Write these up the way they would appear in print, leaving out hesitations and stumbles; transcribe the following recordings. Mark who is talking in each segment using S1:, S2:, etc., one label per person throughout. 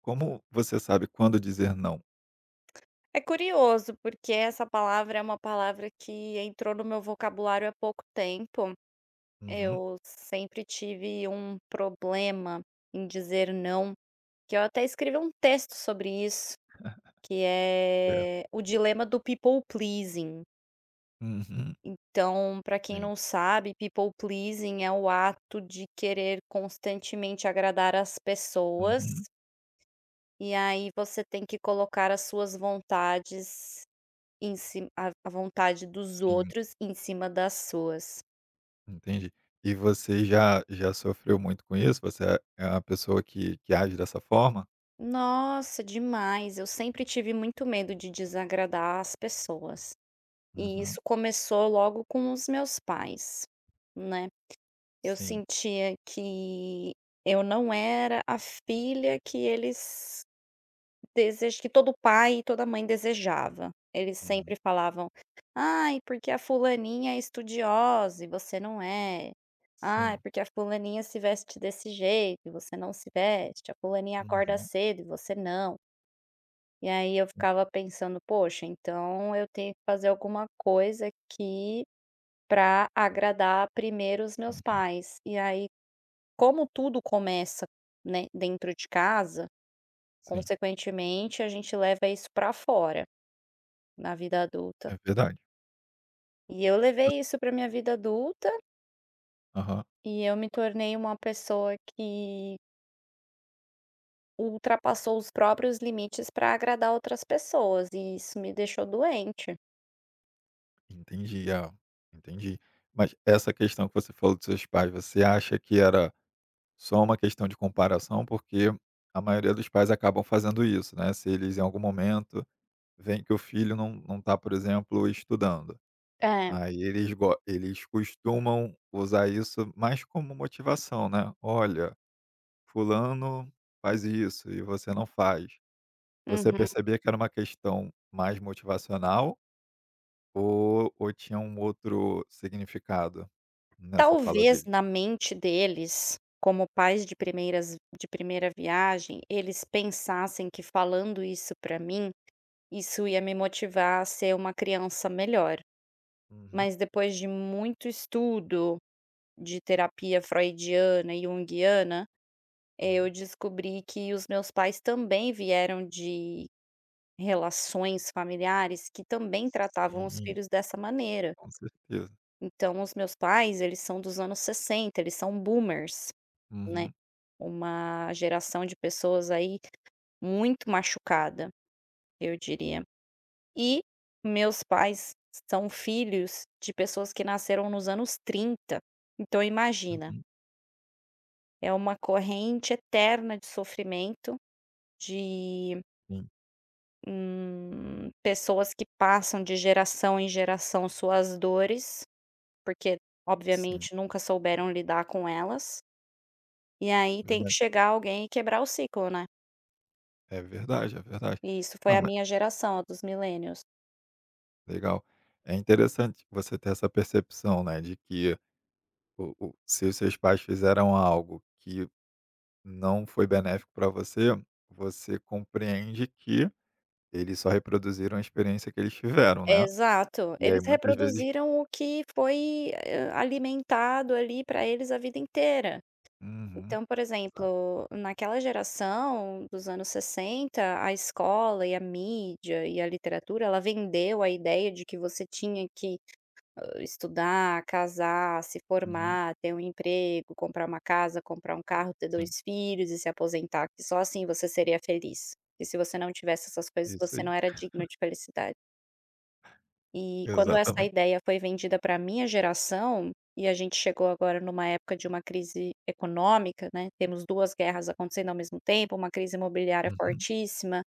S1: Como você sabe quando dizer não?
S2: É curioso, porque essa palavra é uma palavra que entrou no meu vocabulário há pouco tempo.
S1: Uhum.
S2: Eu sempre tive um problema em dizer não, que eu até escrevi um texto sobre isso, que
S1: Certo.
S2: é o dilema do people pleasing.
S1: Uhum.
S2: Então, para quem
S1: Sim.
S2: não sabe, people pleasing é o ato de querer constantemente agradar as pessoas,
S1: Uhum.
S2: e aí você tem que colocar as suas vontades em cima a vontade dos
S1: Sim.
S2: outros em cima das suas.
S1: Entendi. E você já sofreu muito com isso? Você é uma pessoa que age dessa forma?
S2: Nossa, demais. Eu sempre tive muito medo de desagradar as pessoas. E
S1: Uhum.
S2: isso começou logo com os meus pais, né. Eu
S1: Sim.
S2: sentia que eu não era a filha que eles desejo que todo pai e toda mãe desejava. Eles
S1: Uhum.
S2: sempre falavam: "Ai, porque a fulaninha é estudiosa e você não é. Ai,
S1: Sim.
S2: porque a fulaninha se veste desse jeito e você não se veste. A fulaninha acorda
S1: Uhum.
S2: cedo e você não". E aí eu ficava pensando: "Poxa, então eu tenho que fazer alguma coisa aqui para agradar primeiro os meus
S1: Uhum.
S2: pais". E aí, como tudo começa, né, dentro de casa,
S1: Sim.
S2: consequentemente a gente leva isso para fora. Na vida adulta.
S1: É verdade.
S2: E eu
S1: Voc
S2: levei isso para minha vida adulta,
S1: Aham.
S2: e eu me tornei uma pessoa que ultrapassou os próprios limites para agradar outras pessoas, e isso me deixou doente.
S1: Entendi. Ah, entendi. Mas essa questão que você falou dos seus pais, você acha que era só uma questão de comparação? Porque a maioria dos pais acabam fazendo isso, né, se eles em algum momento vem que o filho não tá, por exemplo, estudando.
S2: É,
S1: Aí eles costumam usar isso mais como motivação, né: "Olha, fulano faz isso e você não faz". Você
S2: uhum.
S1: percebia que era uma questão mais motivacional ou tinha um outro significado nessa fala
S2: Talvez
S1: dele?
S2: na mente deles, como pais de primeira viagem, eles pensassem que falando isso para mim, isso ia me motivar a ser uma criança melhor.
S1: Uhum,
S2: Mas depois de muito estudo de terapia freudiana e junguiana.
S1: hum.
S2: Eu descobri que os meus pais também vieram de relações familiares que também tratavam os
S1: Sim,
S2: filhos dessa maneira.
S1: com certeza.
S2: Então, os meus pais, eles são dos anos 60. Eles são boomers, né,
S1: Uhum,
S2: uma geração de pessoas aí muito machucada, eu diria. E meus pais são filhos de pessoas que nasceram nos anos 30. Então, imagina,
S1: uhum.
S2: é uma corrente eterna de sofrimento, de
S1: Sim,
S2: Pessoas que passam de geração em geração suas dores, porque
S1: sim.
S2: obviamente nunca souberam lidar com elas, e aí tem que
S1: Verdade.
S2: chegar alguém e quebrar o ciclo, né.
S1: É verdade, é verdade.
S2: E isso foi
S1: Não,
S2: a
S1: ma
S2: minha geração, a dos millennials.
S1: legal. É interessante você ter essa percepção, né, de que o se os seus pais fizeram algo que não foi benéfico para você, você compreende que eles só reproduziram a experiência que eles tiveram, né.
S2: Exato,
S1: E aí
S2: eles
S1: muitas vezes.
S2: reproduziram o que foi, alimentado ali para eles a vida inteira.
S1: Uhum.
S2: Então, por
S1: Exato.
S2: exemplo, naquela geração dos anos 60, a escola e a mídia e a literatura, ela vendeu a ideia de que você tinha que estudar, casar, se
S1: Uhum.
S2: formar, ter um emprego, comprar uma casa, comprar um carro, ter
S1: Sim,
S2: 2 filhos e se aposentar, que só assim você seria feliz. E se você não tivesse essas coisas,
S1: isso
S2: você
S1: aí.
S2: não era digno de felicidade. E quando essa
S1: Exatamente.
S2: ideia foi vendida para minha geração, e a gente chegou agora numa época de uma crise econômica, né, temos 2 guerras acontecendo ao mesmo tempo, uma crise imobiliária
S1: Uhum.
S2: fortíssima,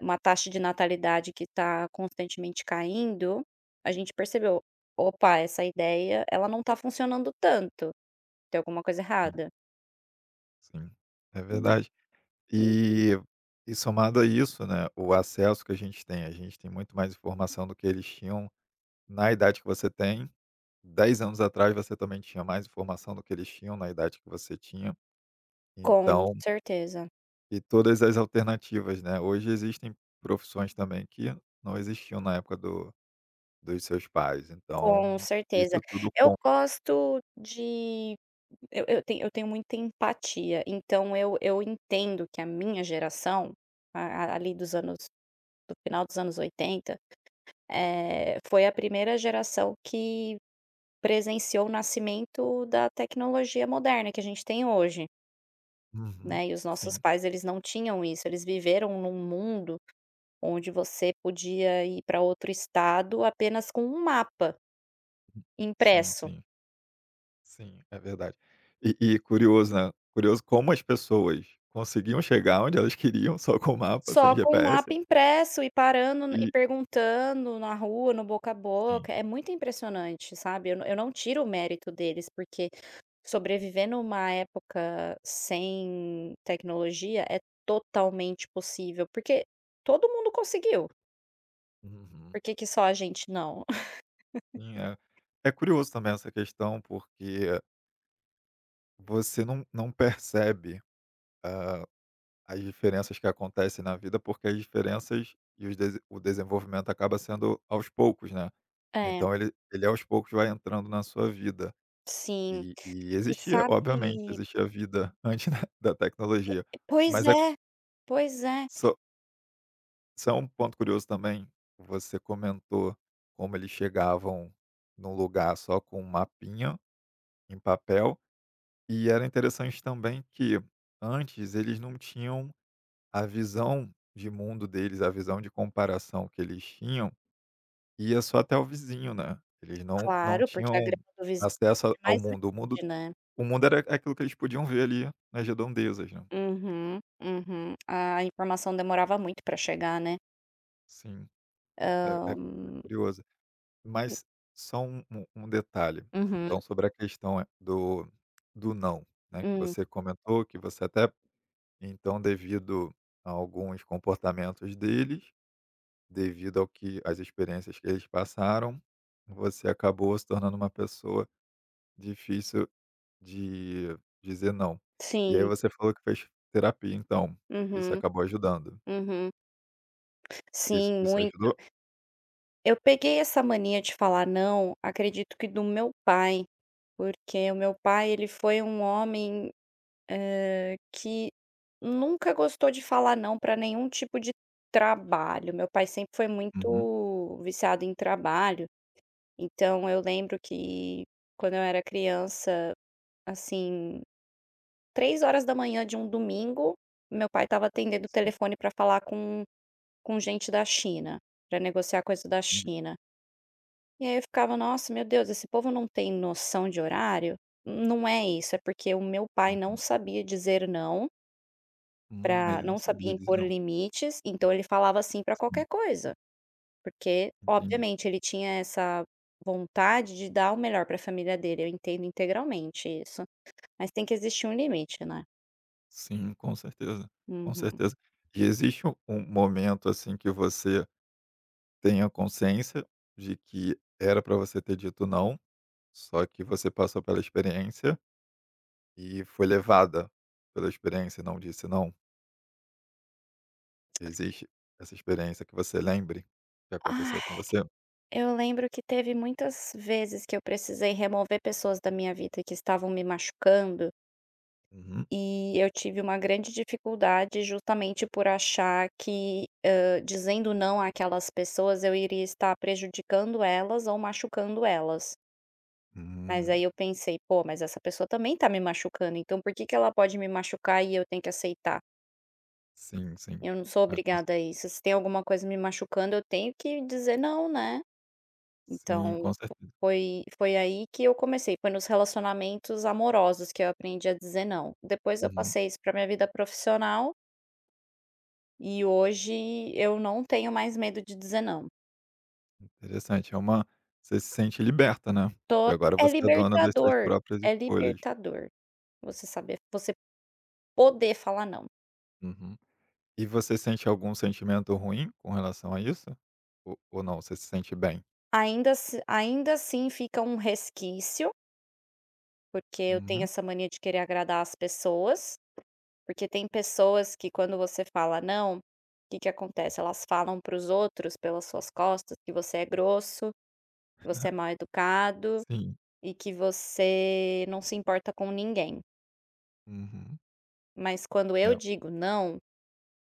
S2: uma taxa de natalidade que está constantemente caindo, a gente percebeu: "Opa, essa ideia, ela não está funcionando tanto, tem alguma coisa
S1: Sim,
S2: errada",
S1: sim. É
S2: né.
S1: verdade.
S2: Uhum.
S1: E e somado a isso, né, o acesso que a gente tem muito mais informação do que eles tinham na idade que você tem, 10 anos atrás você também tinha mais informação do que eles tinham na idade que você tinha,
S2: Com
S1: então
S2: certeza,
S1: e todas as alternativas, né. Hoje existem profissões também que não existiam na época do dos seus pais, então
S2: com certeza.
S1: isso tudo com.
S2: Eu gosto de eu tenho muita empatia, então eu entendo que a minha geração, a- ali dos anos do final dos anos 80, foi a primeira geração que presenciou o nascimento da tecnologia moderna que a gente tem hoje,
S1: Uhum.
S2: né, e os nossos
S1: Sim,
S2: pais eles não tinham isso, eles viveram num mundo onde você podia ir para outro estado apenas com um mapa
S1: sim,
S2: impresso.
S1: sim, sim, é verdade. E curioso, né, curioso como as pessoas conseguiam chegar onde elas queriam só com o mapa, sem
S2: Só com o
S1: GPS
S2: mapa impresso e parando e
S1: e.
S2: perguntando na rua, no boca a
S1: Sim.
S2: boca, é muito impressionante, sabe. Eu não tiro o mérito deles, porque sobreviver numa época sem tecnologia é totalmente possível, porque todo mundo conseguiu,
S1: Uhum.
S2: por que que só a gente não?
S1: Sim, é curioso também essa questão, porque você não percebe, hã, as diferenças que acontecem na vida, porque as diferenças e os dese o desenvolvimento acaba sendo aos poucos, né.
S2: É,
S1: Então ele aos poucos vai entrando na sua vida.
S2: sim.
S1: E
S2: E
S1: existia, obviamente,
S2: sabe,
S1: existia vida antes da tecnologia.
S2: pois
S1: Mas é
S2: é, pois é.
S1: só só um ponto curioso também, você comentou como eles chegavam num lugar só com um mapinha em papel, e era interessante também que antes eles não tinham a visão de mundo deles, a visão de comparação que eles tinham, ia só até o vizinho, né. Eles não
S2: Claro,
S1: tinham
S2: porque a grama do vizinho é
S1: acesso
S2: sempre
S1: a
S2: é
S1: ao
S2: mais
S1: mundo. O mundo
S2: verde, né.
S1: o mundo era aquilo que eles podiam ver ali nas redondezas, né.
S2: Uhum, uhum. A informação demorava muito para chegar, né.
S1: Sim, é
S2: Hã,
S1: é curioso. Mas só um detalhe,
S2: uhum,
S1: então, sobre a questão, eh, do não, né, que
S2: hum,
S1: você comentou, que você até então devido a alguns comportamentos deles, devido ao que as experiências que eles passaram, você acabou se tornando uma pessoa difícil de dizer não. E aí
S2: sim,
S1: você falou que fez terapia, então. Isso
S2: uhum,
S1: acabou ajudando.
S2: uhum.
S1: Isso
S2: Sim,
S1: isso
S2: muito.
S1: ajudou?
S2: Eu peguei essa mania de falar não, acredito que do meu pai, porque o meu pai, ele foi um homem, que nunca gostou de falar não para nenhum tipo de trabalho. Meu pai sempre foi
S1: Uhum,
S2: muito viciado em trabalho, então eu lembro que quando eu era criança, assim, 3 horas da manhã de um domingo, meu pai estava atendendo o
S1: sim,
S2: telefone para falar com gente da China, para negociar coisa da
S1: entendi.
S2: China. E aí eu ficava: "Nossa, meu Deus, esse povo não tem noção de horário?". Não é isso, é porque o meu pai não
S1: Uhum.
S2: sabia dizer não, pra
S1: Ele não
S2: não sabia
S1: sabia dizer
S2: impor
S1: não.
S2: limites, então ele falava assim para
S1: Sim,
S2: qualquer coisa, porque
S1: entendi.
S2: obviamente ele tinha essa vontade de dar o melhor para a família dele, eu entendo integralmente isso, mas tem que existir um limite, né.
S1: Sim, com certeza, com
S2: Uhum.
S1: certeza. E existe um momento, assim, que você tenha consciência de que era para você ter dito não, só que você passou pela experiência e foi levada pela experiência e não disse não? Existe essa experiência que você lembre que
S2: Ai,
S1: aconteceu com você?
S2: eu lembro que teve muitas vezes que eu precisei remover pessoas da minha vida que estavam me machucando.
S1: Uhum.
S2: E eu tive uma grande dificuldade justamente por achar que, dizendo não àquelas pessoas eu iria estar prejudicando elas ou machucando elas. Mas aí
S1: Hum,
S2: eu pensei: "Pô, mas essa pessoa também tá me machucando, então por que que ela pode me machucar e eu tenho que aceitar?
S1: sim, sim.
S2: Eu não sou
S1: Ah, com ce
S2: obrigada a isso, se tem alguma coisa me machucando eu tenho que dizer não, né?".
S1: sim,
S2: Então
S1: com certeza.
S2: foi aí que eu comecei, foi nos relacionamentos amorosos que eu aprendi a dizer não. Depois eu
S1: Uhum.
S2: passei isso para minha vida profissional. E hoje eu não tenho mais medo de dizer não.
S1: Interessante, é uma, você se sente liberta, né, porque
S2: Tô
S1: agora
S2: é
S1: você é dona das suas
S2: libertador,
S1: próprias
S2: é
S1: escolhas.
S2: libertador você saber você poder falar não.
S1: Uhum. E você sente algum sentimento ruim com relação a isso? Ou não, você se sente bem?
S2: Ainda assim fica um resquício, porque eu tenho
S1: Uhum.
S2: essa mania de querer agradar as pessoas, porque tem pessoas que quando você fala não, o que que acontece? Elas falam para os outros pelas suas costas que você é grosso, que você é mal educado
S1: Sim.
S2: e que você não se importa com ninguém.
S1: Uhum.
S2: Mas quando eu
S1: É.
S2: digo não,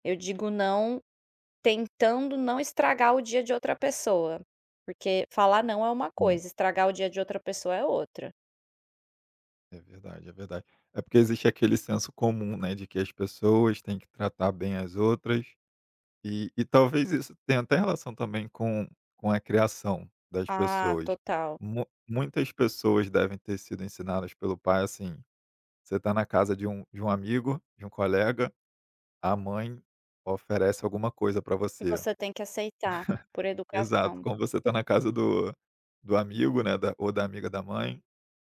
S2: eu digo não tentando não estragar o dia de outra pessoa, porque falar não é uma coisa, estragar o dia de outra pessoa é outra.
S1: É verdade, é verdade. É porque existe aquele senso comum, né, de que as pessoas têm que tratar bem as outras, e talvez isso tenha até relação também com a criação das
S2: Ah,
S1: pessoas.
S2: total.
S1: Mu muitas pessoas devem ter sido ensinadas pelo pai, assim, você está na casa de um amigo, de um colega, a mãe oferece alguma coisa para
S2: E
S1: você.
S2: você tem que aceitar, por
S1: Exato,
S2: educação,
S1: como você está na casa do amigo, né, da ou da amiga da mãe,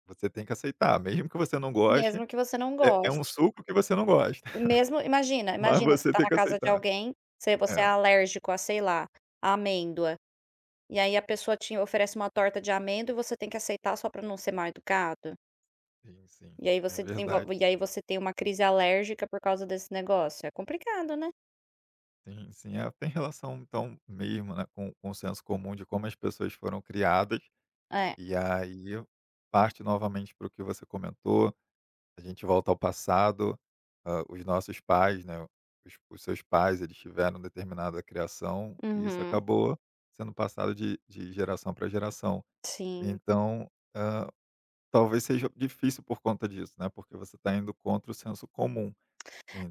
S1: você tem que aceitar, mesmo que você não goste.
S2: mesmo que você não
S1: É é um
S2: goste.
S1: suco que você não gosta,
S2: E mesmo imagina,
S1: mas
S2: imagina, você
S1: você
S2: tá
S1: tem
S2: na
S1: que
S2: casa de
S1: aceitar.
S2: alguém, se você é
S1: É,
S2: alérgico a, sei lá, a amêndoa, e aí a pessoa te oferece uma torta de amêndoa e você tem que aceitar só pra não ser mal educado?
S1: sim, sim,
S2: E aí
S1: é
S2: você
S1: verdade.
S2: desenvolve e aí você tem uma crise alérgica por causa desse negócio, é complicado, né?
S1: Sim, sim. É, tem relação então mesmo, né, com o senso comum de como as pessoas foram criadas,
S2: É.
S1: e aí parte novamente para o que você comentou, a gente volta ao passado, hã, os nossos pais, né, os seus pais, eles tiveram determinada criação e isso
S2: Uhum,
S1: acabou sendo passado de geração para geração.
S2: sim.
S1: Então, ah, talvez seja difícil por conta disso, né, porque você está indo contra o senso comum.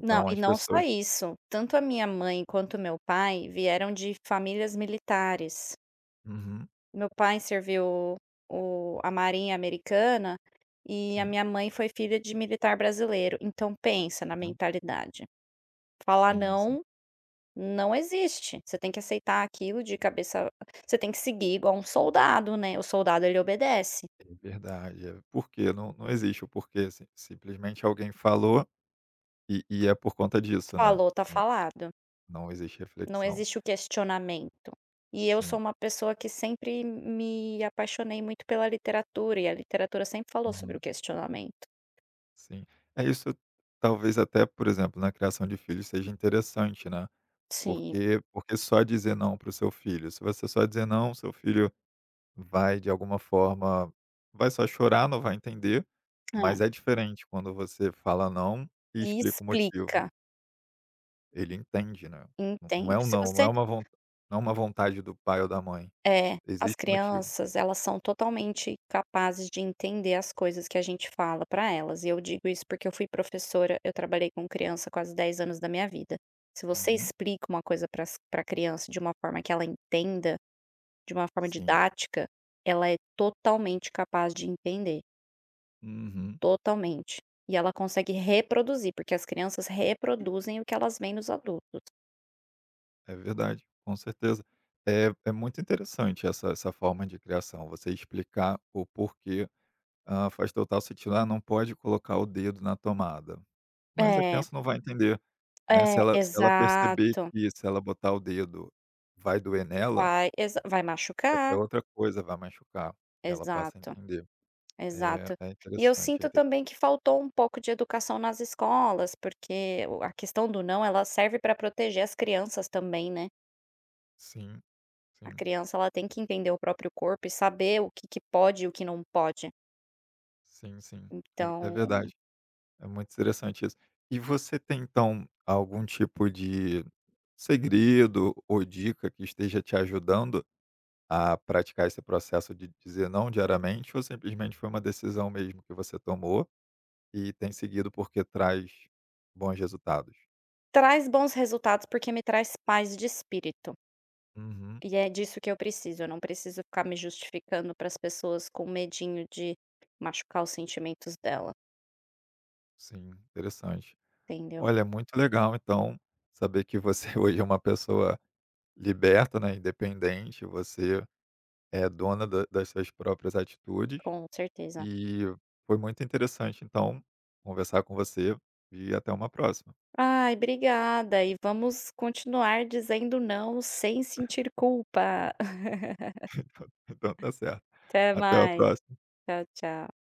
S2: Não, e
S1: as
S2: não só
S1: pessoas.
S2: isso, tanto a minha mãe quanto meu pai vieram de famílias militares.
S1: Uhum,
S2: Meu pai serviu o a marinha americana e a
S1: sim,
S2: minha mãe foi filha de militar brasileiro, então pensa na
S1: uhum,
S2: mentalidade. Falar
S1: sim, sim,
S2: não, não existe, você tem que aceitar aquilo de cabeça, você tem que seguir igual um soldado, né, o soldado ele obedece.
S1: é verdade, é porque não existe o porquê, si simplesmente alguém falou e é por conta disso, né,
S2: Falou, tá
S1: não
S2: falado.
S1: não existe
S2: Não
S1: reflexão.
S2: existe o questionamento. E eu
S1: Sim,
S2: sou uma pessoa que sempre me apaixonei muito pela literatura, e a literatura sempre falou sobre
S1: uhum,
S2: o questionamento.
S1: sim. É isso, talvez até, por exemplo, na criação de filhos seja interessante, né,
S2: Sim.
S1: porque só dizer não para o seu filho, se você só dizer: "Não, seu filho". Vai de alguma forma, vai só chorar, não vai entender, mas
S2: É.
S1: é diferente quando você fala não e
S2: E
S1: explica o motivo.
S2: explica,
S1: Ele entende, né. Não é
S2: entende.
S1: um
S2: Se
S1: não, não é
S2: você
S1: uma von não é uma vontade do pai ou da mãe,
S2: é, as
S1: existe um motivo.
S2: crianças, elas são totalmente capazes de entender as coisas que a gente fala para elas, e eu digo isso porque eu fui professora, eu trabalhei com criança quase 10 anos da minha vida. Se você
S1: Uhum,
S2: explica uma coisa para as para criança de uma forma que ela entenda de uma forma
S1: sim.
S2: didática, ela é totalmente capaz de entender,
S1: Uhum,
S2: totalmente. E ela consegue reproduzir, porque as crianças reproduzem o que elas veem nos adultos.
S1: é verdade, com certeza. É muito interessante essa forma de criação, você explicar o porquê. Ah, faz total sentido, ah, não pode colocar o dedo na tomada. Mas a
S2: É,
S1: criança não vai entender, né,
S2: é,
S1: se ela perceber
S2: exato.
S1: que se ela botar o dedo vai doer nela,
S2: Vai
S1: é
S2: machucar,
S1: outra coisa, vai machucar, e ela passa a
S2: exato,
S1: entender. É
S2: exato.
S1: é
S2: E eu
S1: interessante, é
S2: sinto
S1: inte
S2: também que faltou um pouco de educação nas escolas, porque o a questão do não, ela serve para proteger as crianças também, né.
S1: sim,
S2: A
S1: sim,
S2: criança ela tem que entender o próprio corpo e saber o que que pode e o que não pode.
S1: sim, sim, é
S2: Então,
S1: verdade, é muito interessante isso. E você tem então algum tipo de segredo ou dica que esteja te ajudando a praticar esse processo de dizer não diariamente ou simplesmente foi uma decisão mesmo que você tomou e tem seguido porque traz bons resultados.
S2: traz bons resultados, porque me traz paz de espírito,
S1: Uhum.
S2: e é disso que eu preciso, eu não preciso ficar me justificando para as pessoas com medinho de machucar os sentimentos dela,
S1: Sim, interessante.
S2: entendeu?
S1: Olha, é muito legal então saber que você hoje é uma pessoa liberta, né, independente, você é dona da das suas próprias atitudes
S2: Com certeza.
S1: e foi muito interessante então conversar com você e até uma próxima.
S2: Ai, obrigada e vamos continuar dizendo não sem sentir culpa.
S1: Então tá certo.
S2: Até
S1: Até a
S2: mais.
S1: próxima.
S2: Tchau, tchau.